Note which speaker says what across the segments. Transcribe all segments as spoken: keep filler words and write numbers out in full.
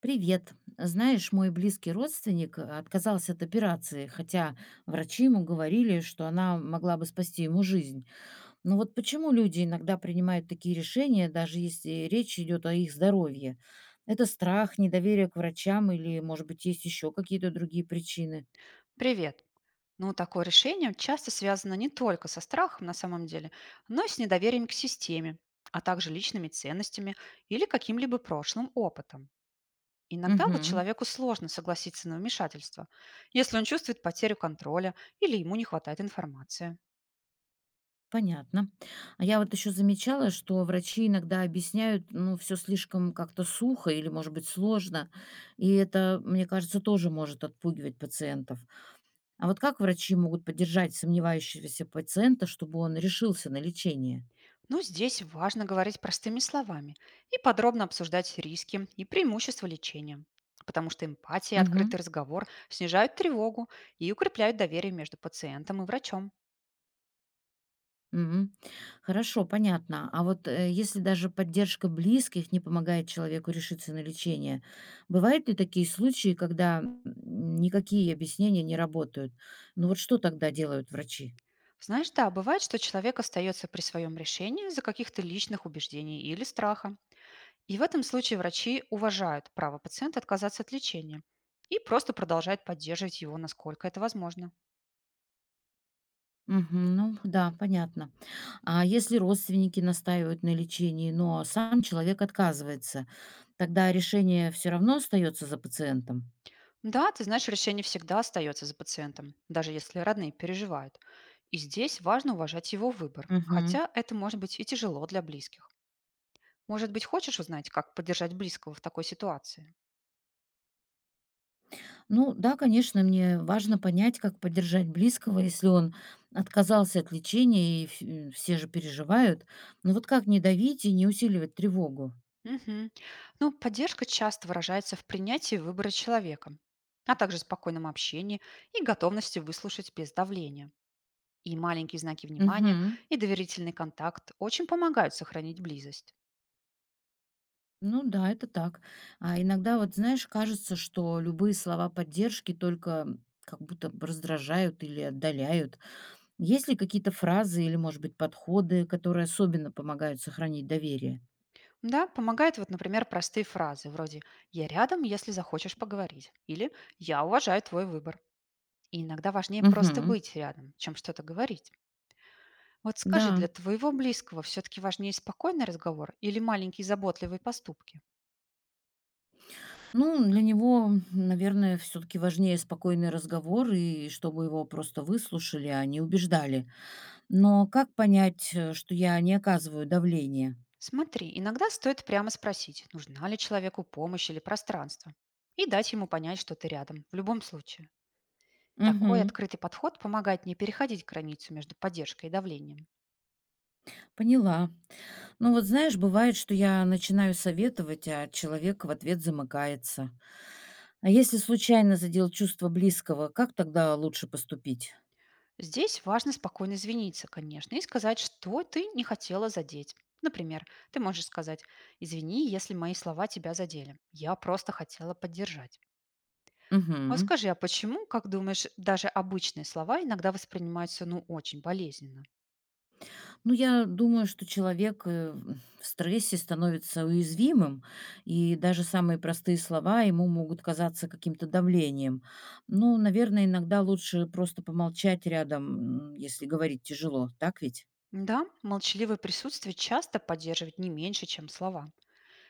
Speaker 1: Привет. Знаешь, мой близкий родственник э, отказался от операции, хотя врачи ему говорили, что она могла бы спасти ему жизнь. Но вот почему люди иногда принимают такие решения, даже если речь идет о их здоровье? Это страх, недоверие к врачам или, может быть, есть еще какие-то другие причины?
Speaker 2: Привет. Ну, такое решение часто связано не только со страхом на самом деле, но и с недоверием к системе, а также личными ценностями или каким-либо прошлым опытом. Иногда вот
Speaker 1: Угу.
Speaker 2: человеку сложно согласиться на вмешательство, если он чувствует потерю контроля или ему не хватает информации.
Speaker 1: Понятно. А я вот еще замечала, что врачи иногда объясняют, ну, все слишком как-то сухо или, может быть, сложно. И это, мне кажется, тоже может отпугивать пациентов. А вот как врачи могут поддержать сомневающегося пациента, чтобы он решился на лечение?
Speaker 2: Но здесь важно говорить простыми словами и подробно обсуждать риски и преимущества лечения, потому что эмпатия и
Speaker 1: Мгм.
Speaker 2: открытый разговор снижают тревогу и укрепляют доверие между пациентом и врачом.
Speaker 1: Мгм. Хорошо, понятно. А вот э, если даже поддержка близких не помогает человеку решиться на лечение, бывают ли такие случаи, когда м, никакие объяснения не работают? Ну вот что тогда делают врачи?
Speaker 2: Знаешь, да, бывает, что человек остается при своем решении из-за каких-то личных убеждений или страха. И в этом случае врачи уважают право пациента отказаться от лечения и просто продолжают поддерживать его, насколько это возможно.
Speaker 1: Мгм. Ну да, понятно. А если родственники настаивают на лечении, но сам человек отказывается, тогда решение все равно остается за пациентом?
Speaker 2: Да, ты знаешь, решение всегда остается за пациентом, даже если родные переживают. И здесь важно уважать его выбор,
Speaker 1: Мгм.
Speaker 2: хотя это может быть и тяжело для близких. Может быть, хочешь узнать, как поддержать близкого в такой ситуации?
Speaker 1: Ну да, конечно, мне важно понять, как поддержать близкого, если он отказался от лечения, и вс- все же переживают. Но вот как не давить и не усиливать тревогу?
Speaker 2: Мгм. Ну, поддержка часто выражается в принятии выбора человека, а также спокойном общении и готовности выслушать без давления. И маленькие знаки внимания,
Speaker 1: Угу.
Speaker 2: и доверительный контакт очень помогают сохранить близость.
Speaker 1: Ну да, это так. А иногда вот, знаешь, кажется, что любые слова поддержки только как будто б раздражают или отдаляют. Есть ли какие-то фразы или, может быть, подходы, которые особенно помогают сохранить доверие?
Speaker 2: Да, помогают, вот, например, простые фразы вроде «я рядом, если захочешь поговорить» или «я уважаю твой выбор». И иногда важнее просто
Speaker 1: Угу.
Speaker 2: быть рядом, чем что-то говорить. Вот скажи,
Speaker 1: Да.
Speaker 2: для твоего близкого все-таки важнее спокойный разговор или маленькие заботливые поступки?
Speaker 1: Ну, для него, наверное, все-таки важнее спокойный разговор и чтобы его просто выслушали, а не убеждали. Но как понять, э, что я не оказываю давления?
Speaker 2: Смотри, иногда стоит прямо спросить, нужна ли человеку помощь или пространство, и дать ему понять, что ты рядом, в любом случае. Такой
Speaker 1: Угу,
Speaker 2: открытый подход помогает не переходить границу между поддержкой и давлением.
Speaker 1: поняла. Ну вот знаешь, бывает, что я начинаю советовать, а человек в ответ замыкается. А если случайно задел чувство близкого, как тогда лучше поступить?
Speaker 2: Здесь важно спокойно извиниться, конечно, и сказать, что ты не хотела задеть. Например, ты можешь сказать «Извини, если мои слова тебя задели. Я просто хотела поддержать». Вот
Speaker 1: Угу.
Speaker 2: скажи, а почему, как думаешь, даже обычные слова иногда воспринимаются ну очень болезненно?
Speaker 1: Ну, я думаю, что человек э, в стрессе становится уязвимым, и даже самые простые слова ему могут казаться каким-то давлением. Ну, наверное, иногда лучше просто помолчать рядом, м, если говорить тяжело, так ведь?
Speaker 2: Да, молчаливое присутствие часто поддерживает не меньше, чем слова.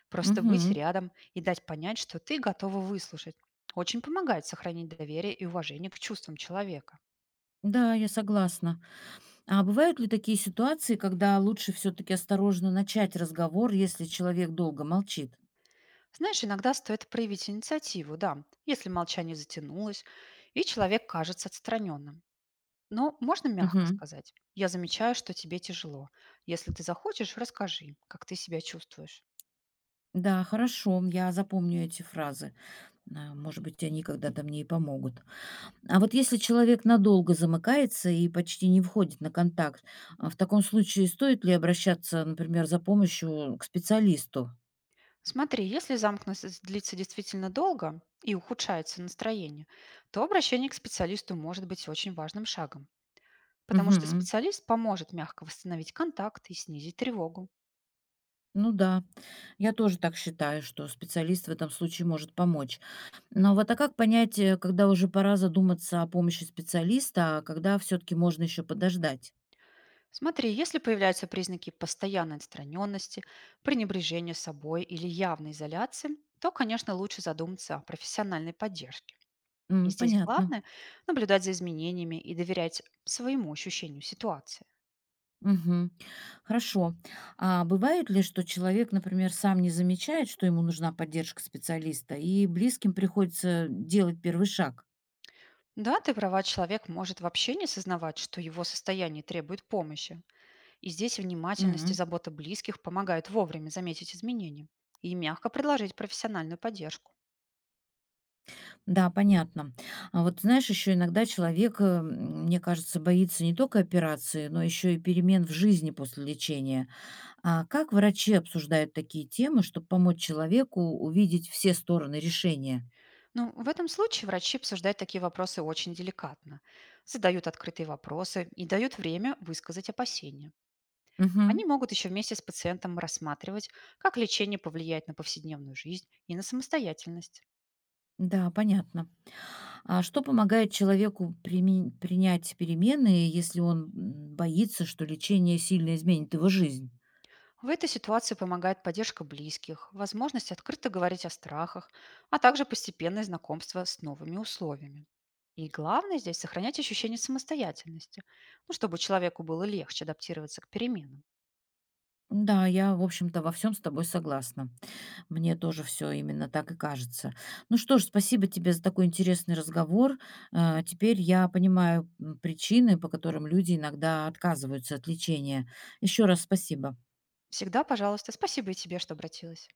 Speaker 2: Просто быть
Speaker 1: Мгм.
Speaker 2: рядом и дать понять, что ты готова выслушать. Очень помогает сохранить доверие и уважение к чувствам человека.
Speaker 1: Да, я согласна. А бывают ли такие ситуации, когда лучше все-таки осторожно начать разговор, если человек долго молчит?
Speaker 2: Знаешь, иногда стоит проявить инициативу, да, если молчание затянулось, и человек кажется отстраненным. Но можно мягко
Speaker 1: Мгм.
Speaker 2: сказать, я замечаю, что тебе тяжело. Если ты захочешь, расскажи, как ты себя чувствуешь.
Speaker 1: Да, хорошо, я запомню эти фразы. А, может быть, они когда-то мне и помогут. А вот если человек надолго замыкается и почти не входит на контакт, а в таком случае стоит ли обращаться, например, за помощью к специалисту?
Speaker 2: Смотри, если замкнутость длится действительно долго и ухудшается настроение, то обращение к специалисту может быть очень важным шагом, потому что
Speaker 1: Мгм.
Speaker 2: специалист поможет мягко восстановить контакт и снизить тревогу.
Speaker 1: Ну да, я тоже так считаю, что специалист в этом случае может помочь. Но вот а как понять, э, когда уже пора задуматься о помощи специалиста, а когда все-таки можно еще подождать?
Speaker 2: Смотри, если появляются признаки постоянной отстраненности, пренебрежения собой или явной изоляции, то, конечно, лучше задуматься о профессиональной поддержке. И
Speaker 1: М,
Speaker 2: здесь
Speaker 1: понятно.
Speaker 2: главное– наблюдать за изменениями и доверять своему ощущению ситуации.
Speaker 1: Мгм. Хорошо. А бывает ли, что человек, например, сам не замечает, что ему нужна поддержка специалиста, и близким приходится делать первый шаг?
Speaker 2: Да, ты права, человек может вообще не сознавать, что его состояние требует помощи. И здесь внимательность и
Speaker 1: Мгм.
Speaker 2: забота близких помогают вовремя заметить изменения и мягко предложить профессиональную поддержку.
Speaker 1: Да, понятно. А вот знаешь, еще иногда человек, э, м, мне кажется, боится не только операции, но еще и перемен в жизни после лечения. А как врачи обсуждают такие темы, чтобы помочь человеку увидеть все стороны решения?
Speaker 2: Но в этом случае врачи обсуждают такие вопросы очень деликатно, задают открытые вопросы и дают время высказать опасения. Они
Speaker 1: Мгм.
Speaker 2: могут еще вместе с пациентом рассматривать, как лечение повлияет на повседневную жизнь и на самостоятельность.
Speaker 1: Да, понятно. А что помогает человеку приме- принять перемены, если он м, боится, что лечение сильно изменит его жизнь?
Speaker 2: В этой ситуации помогает поддержка близких, возможность открыто говорить о страхах, а также постепенное знакомство с новыми условиями. И главное здесь сохранять ощущение самостоятельности, ну, чтобы человеку было легче адаптироваться к переменам.
Speaker 1: Да, я, в общем-то, во всем с тобой согласна. Мне тоже все именно так и кажется. Ну что ж, спасибо тебе за такой интересный разговор. Э, Теперь я понимаю м, причины, по которым люди иногда отказываются от лечения. Еще раз спасибо.
Speaker 2: Всегда, пожалуйста, спасибо и тебе, что обратилась.